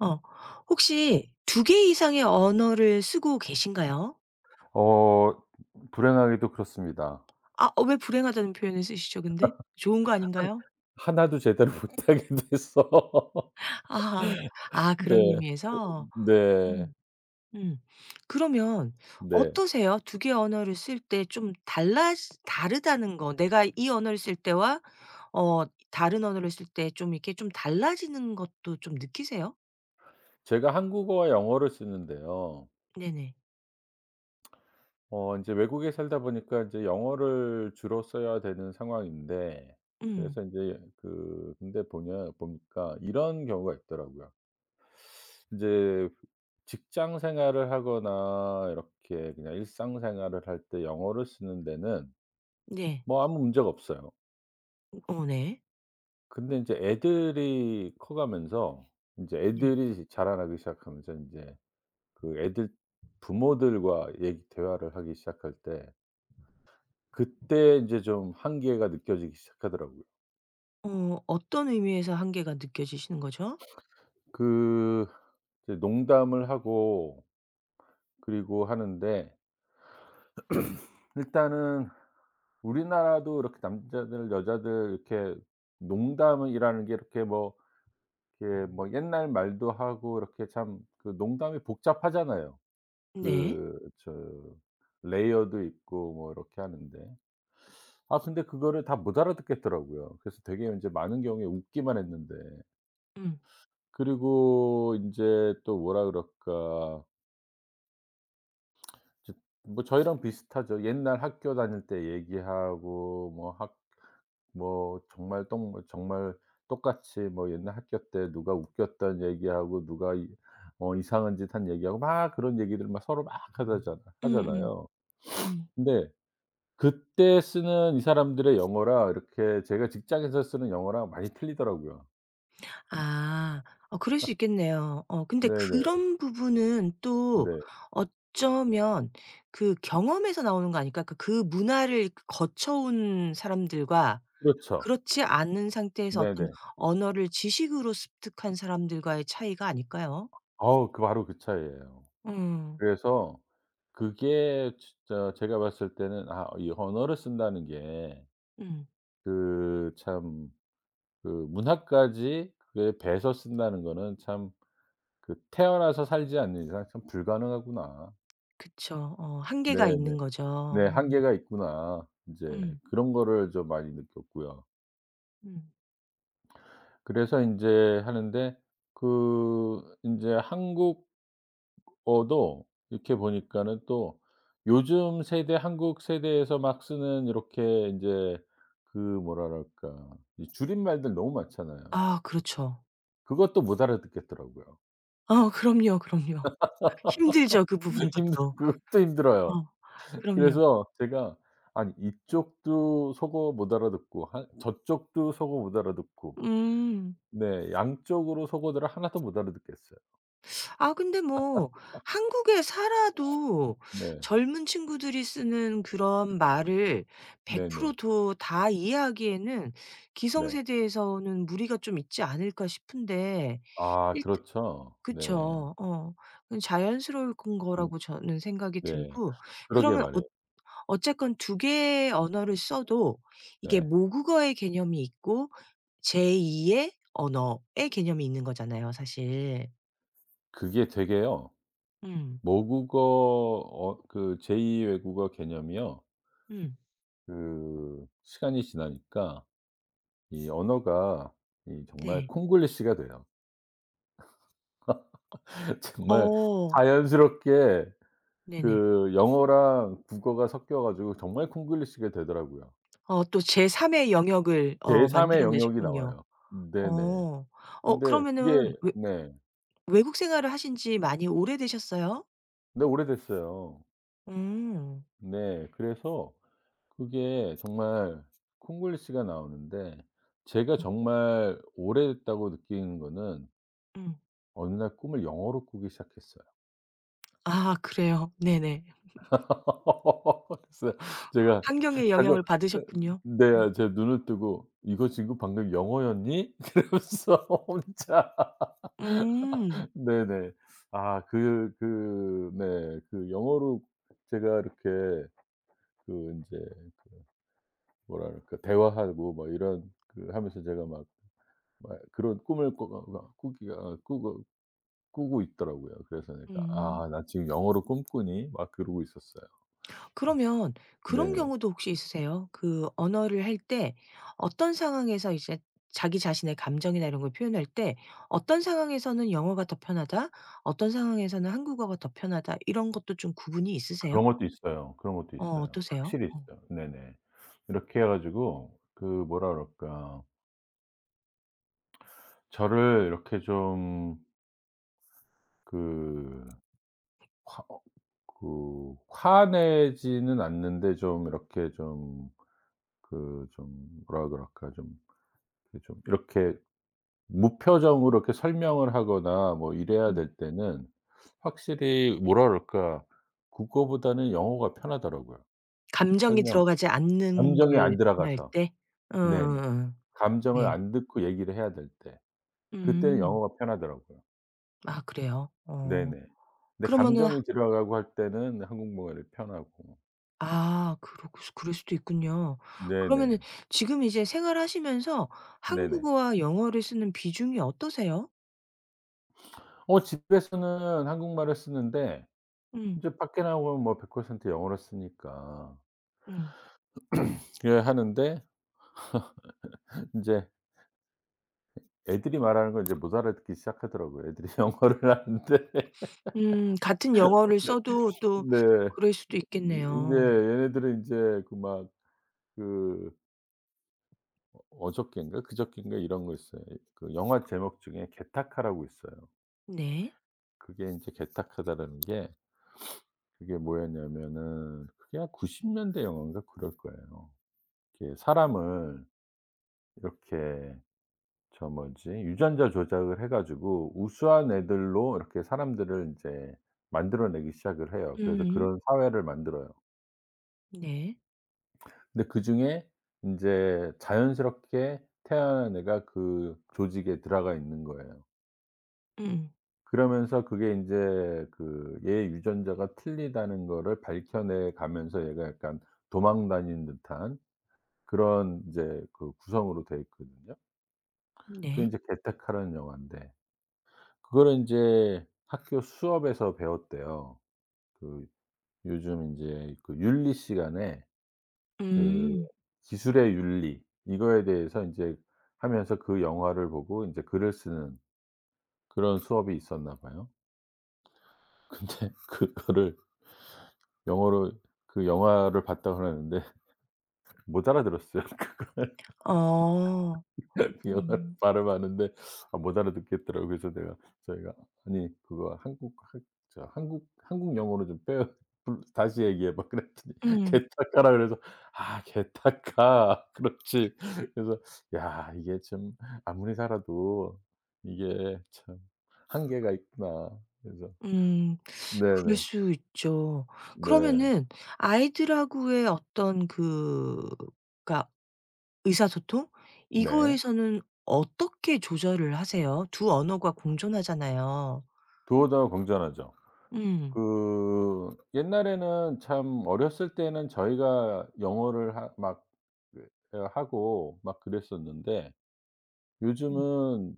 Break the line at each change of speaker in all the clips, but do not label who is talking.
어. 혹시 두 개 이상의 언어를 쓰고 계신가요?
어 불행하게도 그렇습니다.
아 어 왜 불행하다는 표현을 쓰시죠 근데? 좋은 거
한
아닌가요?
하나도 제대로 못하게 돼서.
아하. 아
네.
그런 의미에서?
네.
음. 음. 그러면
네.
어떠세요? 두 개의 언어를 쓸 때 좀 달라지 다르다는 거 내가 이 언어를 쓸 때와 어 다른 언어를 쓸 때 좀 이렇게 좀 달라지는 것도 좀 느끼세요?
제가 한국어와 영어를 쓰는데요.
네네.
인제 외국에 살다 보니까 인제 영어를 주로 써야 되는 상황인데,
음.
그래서 인제 그 근데 보냐 보니까 이런 경우가 있더라고요. 인제 직장 생활을 하거나 이렇게 그냥 일상생활을 할 때 영어를 쓰는 데는
네.
뭐 아무 문제가 없어요.
어 네.
근데 인제 애들이 커가면서, 인제
네.
애들이 자라나기 시작하면서 인제 그 애들 부모들과 얘기 대화를 하기 시작할 때, 그때 인제 좀 한계가 느껴지기 시작하더라고요.
어 어떤 의미에서 한계가 느껴지시는 거죠?
그 이제 농담을 하고 그리고 하는데, 일단은 우리나라도 이렇게 남자들 여자들 이렇게 농담이라는 게 이렇게 뭐 이렇게 뭐 옛날 말도 하고 이렇게 참 그 농담이 복잡하잖아요.
네.
그 저 레이어도 있고 뭐 이렇게 하는데, 아 근데 그거를 다 못 알아듣겠더라고요. 그래서 되게 인제 많은 경우에 웃기만 했는데,
음.
그리고 인제 또 뭐라 그럴까, 저 뭐 저희랑 비슷하죠. 옛날 학교 다닐 때 얘기하고 뭐 학 뭐 정말 똥 정말 똑같이 뭐 옛날 학교 때 누가 웃겼던 얘기하고 누가 이 이상한 짓 한 얘기하고 막 그런 얘기들 막 서로 막 하다잖아
음음.
하잖아요.
음.
근데 그때 쓰는 이 사람들의 영어랑 이렇게 제가 직장에서 쓰는 영어랑 많이 틀리더라고요.
아. 어 그럴 수 있겠네요. 어 근데
네네.
그런 부분은 또
네.
어쩌면 그 경험에서 나오는 거 아닐까? 그 그 문화를 거쳐 온 사람들과
그렇죠.
그렇지 않은 상태에서 어떤
네네.
언어를 지식으로 습득한 사람들과의 차이가 아닐까요?
어우, 그 바로 그 차이예요.
음.
그래서 그게 진짜 제가 봤을 때는 아 이 언어를 쓴다는 게
음.
그 참 그 문화까지 그게 배서 쓴다는 거는 참 그 '태어나서 살지 않는 이상 참 불가능하구나.'
그쵸. 어 한계가
네네.
있는 거죠.
네.
어.
'한계가 있구나.' 인제
음.
그런 거를 좀 많이 느꼈고요.
음.
그래서 인제 하는데 그 인제 한국어도 이렇게 보니까는 또 요즘 세대 한국 세대에서 막 쓰는 이렇게 인제 그 뭐라 그럴까, 이 줄임말들 너무 많잖아요.
아 그렇죠.
그것도 못 알아듣겠더라고요.
어 그럼요, 그럼요. 힘들죠, 그 부분도
힘들
또.
그것도
어
힘들어요.
그럼요.
그래서 제가 아니 이쪽도 속어 못 알아듣고 한 저쪽도 속어 못 알아듣고,
음.
네 양쪽으로 속어들을 하나도 못 알아듣겠어요.
아 근데 뭐 한국에 살아도
네.
젊은 친구들이 쓰는 그런 말을 100%
네네.
도 다 이해하기에는
네.
기성세대에서는 무리가 좀 있지 않을까 싶은데
아
일
그렇죠. 네.
그쵸. 어. 그건 자연스러울 건
음.
거라고 저는 생각이
네.
들고
그러게
그러면
말이에요.
어쨌건 두 개의 언어를 써도 이게
네.
모국어의 개념이 있고 제2의 언어의 개념이 있는 거잖아요 사실.
그게 되게요.
음.
모국어 그 제2 외국어 개념이요.
음.
그 시간이 지나니까 이 언어가 이 정말
네.
콩글리시가 돼요. 정말
어.
자연스럽게
네네.
그 영어랑 국어가 섞여 가지고 정말 콩글리시가 되더라고요.
어 또 제삼의 영역을 어
제3 의
만들어
영역이
내셨군요.
나와요.
어.
네네.
어
근데 그게
그러면은 외
네.
외국 생활을 하신 지 많이 오래되셨어요?
네 오래됐어요.
음.
네. 그래서 그게 정말 콩글리시가 나오는데, 제가 정말 오래됐다고 느끼는 거는
음음.
어느 날 꿈을 영어로 꾸기 시작했어요.
아 그래요. 네네.
그래서 제가
환경의
자꾸
영향을 받으셨군요. 음.
네 제 눈을 뜨고 "이거 지금 방금 영어였니?" 그러면서 혼자.
음.
네네. 네 그 영어로 제가 이렇게 그 이제 뭐라 그럴까 대화하고 뭐 이런 그 하면서 제가 막 막 그런 꿈을 꾸가 꾸고 있더라고요. 그래서 내가
음.
'아 나 지금 영어로 꿈꾸니?' 막 그러고 있었어요.
그러면 그런
네네.
경우도 혹시 있으세요? 그 언어를 할 때 어떤 상황에서 이제 자기 자신의 감정이나 이런 걸 표현할 때 어떤 상황에서는 영어가 더 편하다, 어떤 상황에서는 한국어가 더 편하다 이런 것도 좀 구분이 있으세요?
그런 것도 있어요. 그런 것도
어
있어요.
어떠세요?
확실히
어.
있어요. 네네. 이렇게 해 가지고 그 뭐라 그럴까, 저를 이렇게 좀 그 화 어 그 화내지는 않는데 좀 이렇게 좀 그 좀 뭐라 그럴까 좀 이렇게 좀 이렇게 무표정으로 이렇게 설명을 하거나 뭐 이래야
음.
될 때는 확실히 뭐라 그럴까, 국어보다는 영어가 편하더라고요.
감정이
설명
들어가지 않는
감정이
걸
안
표현할
들어가서.
때?
네네.
음
감정을
네.
안 듣고 얘기를 해야 될 때. 그때는
음.
영어가 편하더라고요.
아 그래요? 어.
네네. 근데
그러면은
감정이 들어가고 할 때는 한국말이 편하고.
아 그러 그럴 수도 있군요. 그러면은
네네.
지금 이제 생활하시면서
네네.
한국어와 영어를 쓰는 비중이 어떠세요?
어 집에서는 한국말을 쓰는데
음.
인제 밖에 나가면 뭐 100% 영어로 쓰니까.
음.
그래 하는데 인제 애들이 말하는 걸 인제 못 알아듣기 시작하더라고요. 애들이 영어를 하는데.
같은 영어를 써도 또
네.
그럴 수도
이 인제
있겠네요.
얘네들은 인제 그 막 그 어저껜가 그저껜가 이런 거 있어요. 그 영화 제목 중에 "게타카라고 있어요.
네.
그게 인제 "게타카다."라는 게 그게 뭐였냐면은 그게 한 90년대 영화인가 그럴 거예요. 이렇게 사람을 이렇게 저 뭐지 유전자 조작을 해 가지고 우수한 애들로 이렇게 사람들을 인제 만들어 내기 시작을 해요. 그래서
음음.
그런 사회를 만들어요.
네.
근데 그중에 인제 자연스럽게 태어난 애가 그 조직에 들어가 있는 거예요.
음.
그러면서 그게 인제 그 얘 유전자가 틀리다는 거를 밝혀내 가면서 얘가 약간 도망 다닌 듯한 그런 이제 그 구성으로 돼 있거든요. 그게
네.
인제 개택하라는 영화인데 그거를 인제 학교 수업에서 배웠대요. 그 요즘 인제 그 윤리 시간에 그
음.
기술의 윤리 이거에 대해서 인제 하면서 그 영화를 보고 인제 글을 쓰는 그런 수업이 있었나 봐요. 근데 그거를 영어로 그 영화를 봤다고 그러는데 못 알아들었어요.
어. 어.
연어를
음.
발음하는데 아 못 알아듣겠더라고요. 그래서 내가 저희가 "아니 그거 한국 한 한국 영어로 좀 빼어 불 다시 얘기해 봐." 그랬더니
음.
"게타카라." 그래서 "아 게타카. 그렇지." 그래서 야 이게 참 아무리 살아도 이게 참 한계가 있구나. 그래서
음. 그럴
네네.
수 있죠.
네.
그러면은 아이들하고의 어떤 그 그러니까 의사소통?
네.
이거에서는 어떻게 조절을 하세요? 두 언어가 공존하잖아요.
두어 다공전하죠.
음.
그 옛날에는 참 어렸을 때는 저희가 영어를 하 막 그 어 하고 막 그랬었는데
음.
요즘은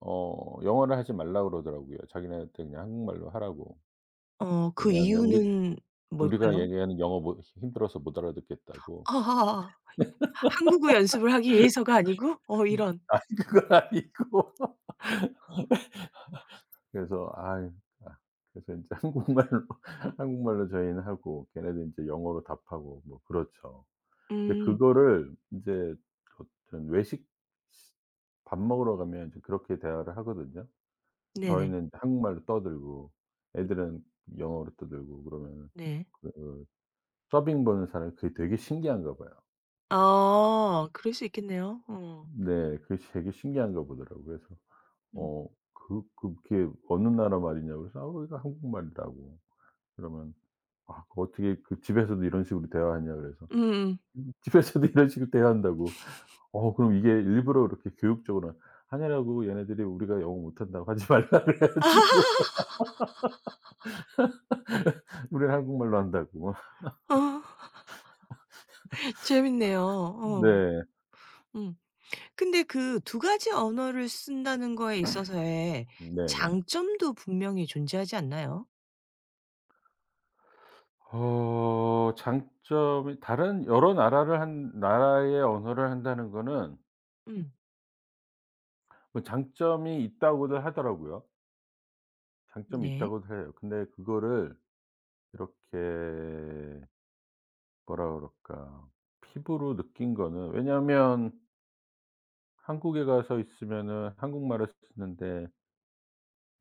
어 영어를 하지 말라 그러더라고요. 자기네한테 그냥 한국말로 하라고.
어 그
왜냐하면 우리
이유는
우리가
뭘까요?
얘기하는 영어 못 힘들어서 못 알아듣겠다고.
아. 한국어 연습을 하기 위해서가 아니고? 어 이런.
아니 그건 아니고. 그래서 아아 그래서 이제 한국말로 한국말로 저희는 하고 걔네들은 제 영어로 답하고 뭐 그렇죠. 근데
음.
그거를 이제 어떤 외식 밥 먹으러 가면 이제 그렇게 대화를 하거든요.
네네.
저희는 이제 한국말로 떠들고 애들은 영어로 떠들고 그러면은
네.
그 서빙 보는 사람이 그게 되게 신기한가 봐요.
아 그럴 수 있겠네요. 어.
네. 그게 되게 신기한가 보더라고요. 그래서
음.
어 그게 "어느 나라 말이냐?" 그래서 "아 우리가 한국말이라고." 그러면 "아 어떻게 그 집에서도 이런 식으로 대화하냐?" 그래서
음음.
집에서도 이런 식으로 대화한다고." 어 그럼 이게 일부러 이렇게 교육적으로 하느라고 얘네들이 "우리가 영어 못한다고 하지 말라." 그래 가지고 우리는 한국말로 한다고.
어 재밌네요. 어.
네.
음. 근데 그 두 가지 언어를 쓴다는 거에 있어서의
네네.
장점도 분명히 존재하지 않나요?
어 장점이 다른 여러 나라를 한 나라의 언어를 한다는 거는
음.
뭐 장점이 있다고들 하더라고요. 장점이
네.
있다고들 해요. 근데 그거를 이렇게 뭐라 그럴까 피부로 느낀 거는, 왜냐하면 한국에 가서 있으면은 한국말을 쓰는데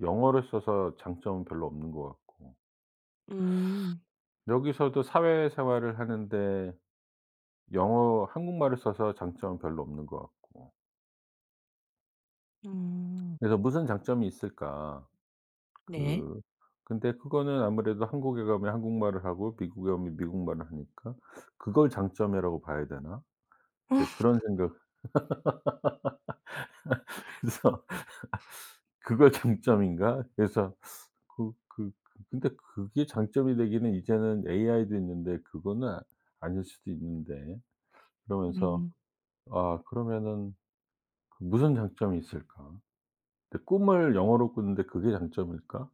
영어를 써서 장점은 별로 없는 것 같고,
음.
여기서도 사회생활을 하는데 영어 한국말을 써서 장점은 별로 없는 것 같고,
음.
그래서 '무슨 장점이 있을까?'
네.
그 근데 그거는 아무래도 한국에 가면 한국말을 하고 미국에 오면 미국말을 하니까 '그걸 장점이라고 봐야 되나?' 이제 그런 생각을 해서 '그걸 장점인가?' 그래서 근데 그게 장점이 되기는 이제는 AI도 있는데 그거는 아 아닐 수도 있는데 그러면서
음.
아 그러면은 그 무슨 장점이 있을까? 근데 꿈을 영어로 꾸는데 그게 장점일까?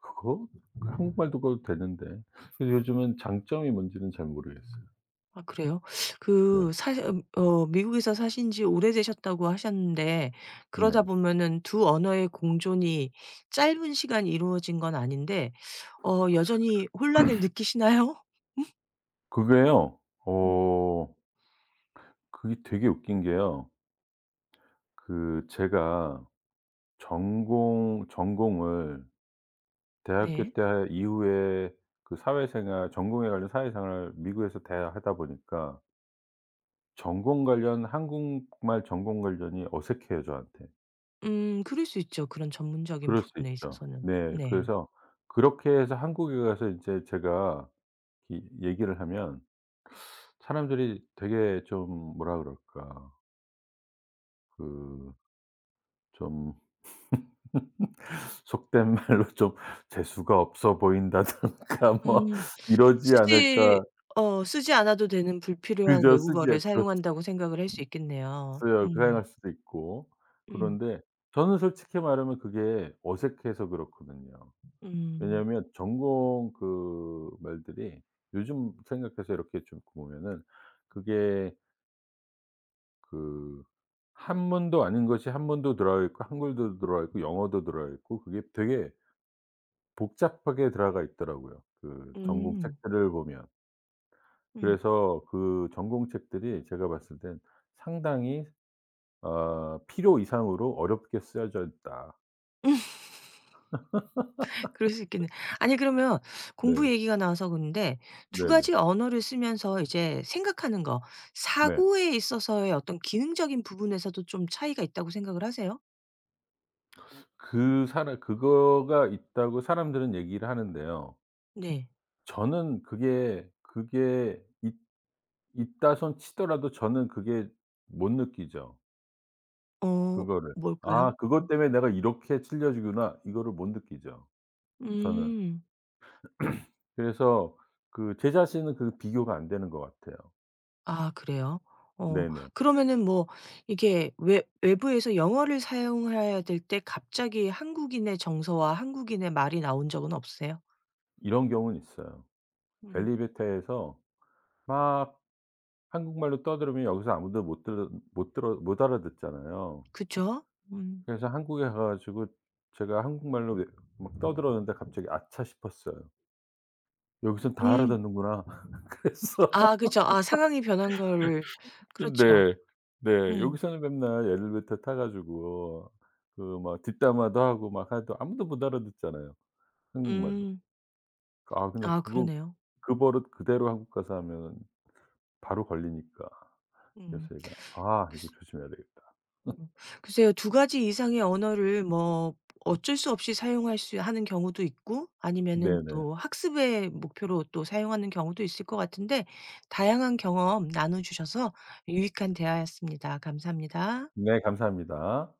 그거 그 한국말도 꿔도 되는데. 그래서 요즘은 장점이 뭔지는 잘 모르겠어요.
아 그래요? 그
네.
사시 어 미국에서 사신 지 오래되셨다고 하셨는데
네.
그러다 보면은 두 언어의 공존이 짧은 시간에 이루어진 건 아닌데 어 여전히 혼란을 느끼시나요?
그게요.
음.
어 그게 되게 웃긴 게요. 그 제가 전공을 대학교
네.
때 이후에 그 사회생활 전공에 관련 사회생활을 미국에서 다 하다 보니까 전공 관련 한국말 전공 관련이 어색해요 저한테.
그럴 수 있죠, 그런 전문적인
그럴 수
부분에
있죠.
있어서는.
네.
네.
그래서 그렇게 해서 한국에 가서 인제 제가 이 얘기를 하면 사람들이 되게 좀 뭐라 그럴까, 그 좀 속된 말로 좀 '재수가 없어 보인다.'든가 뭐
음.
이러지
쓰지
않을까.
쓰지 않아도 되는 불필요한
그죠. 쓰지
외국어를
그렇죠.
사용한다고 생각을 할 수 있겠네요.
써요. 그
음.
생각할 수도 있고.
음.
그런데 저는 솔직히 말하면 그게 어색해서 그렇거든요.
음.
왜냐하면 전공 그 말들이 요즘 생각해서 이렇게 좀 보면은 그게 그 한문도 아닌 것이 한문도 들어가 있고 한글도 들어가 있고 영어도 들어가 있고 그게 되게 복잡하게 들어가 있더라고요 그 전공
음.
책들을 보면.
음.
그래서 그 전공 책들이 제가 봤을 땐 상당히 어 필요 이상으로 어렵게 쓰여져 있다.
그럴 수 있겠네. 아니 그러면 공부
네.
얘기가 나와서 그런데 두
네네. 네.
가지 언어를 쓰면서 이제 생각하는 거
네.
사고에 있어서의 어떤 기능적인 부분에서도 좀 차이가 있다고 생각을 하세요?
그 사람 그거가 있다고 사람들은 얘기를 하는데요.
네.
저는 그게 그게 있 있다손 치더라도 저는 그게 못 느끼죠,
어
그거를.
뭘까요?
'아
어.
그것 때문에 내가 이렇게 찔려지구나.' 이거를 못 느끼죠, 저는.
음.
그래서 그 제 자신은 그 비교가 안 되는 것 같아요.
아 그래요? 어
네네.
그러면은 뭐 이게 외 외부에서 영어를 사용해야 될 때 갑자기 한국인의 정서와 한국인의 말이 나온 적은 없으세요?
이런 경우는 있어요.
음.
엘리베이터에서 막 한국말로 떠들으면 여기서 아무도 못 알아듣잖아요.
그쵸? 음.
그래서 한국에 가 가지고 제가 한국말로 왜 막 떠들었는데 갑자기 '아차.' 싶었어요. '여기선 다
음.
알아듣는구나.'
아
그래서
그죠. 아 상황이 변한 걸. 그렇죠.
네. 네.
음.
여기서는 맨날 엘리베이터 타 가지고 그 막 뒷담화도 하고 막 해도 아무도 못 알아듣잖아요, 한국말로.
음.
아 근데
아
그거
그러네요.
그 버릇 그대로 한국 가서 하면 바로 걸리니까. 그래서
음.
제가 '아 이거
글쎄
조심해야 되겠다.'
음. 글쎄요. 두 가지 이상의 언어를 뭐 어쩔 수 없이 사용할 수 하는 경우도 있고 아니면은
네네.
또 학습의 목표로 또 사용하는 경우도 있을 것 같은데 다양한 경험 나눠 주셔서 유익한 대화였습니다. 감사합니다.
네 감사합니다.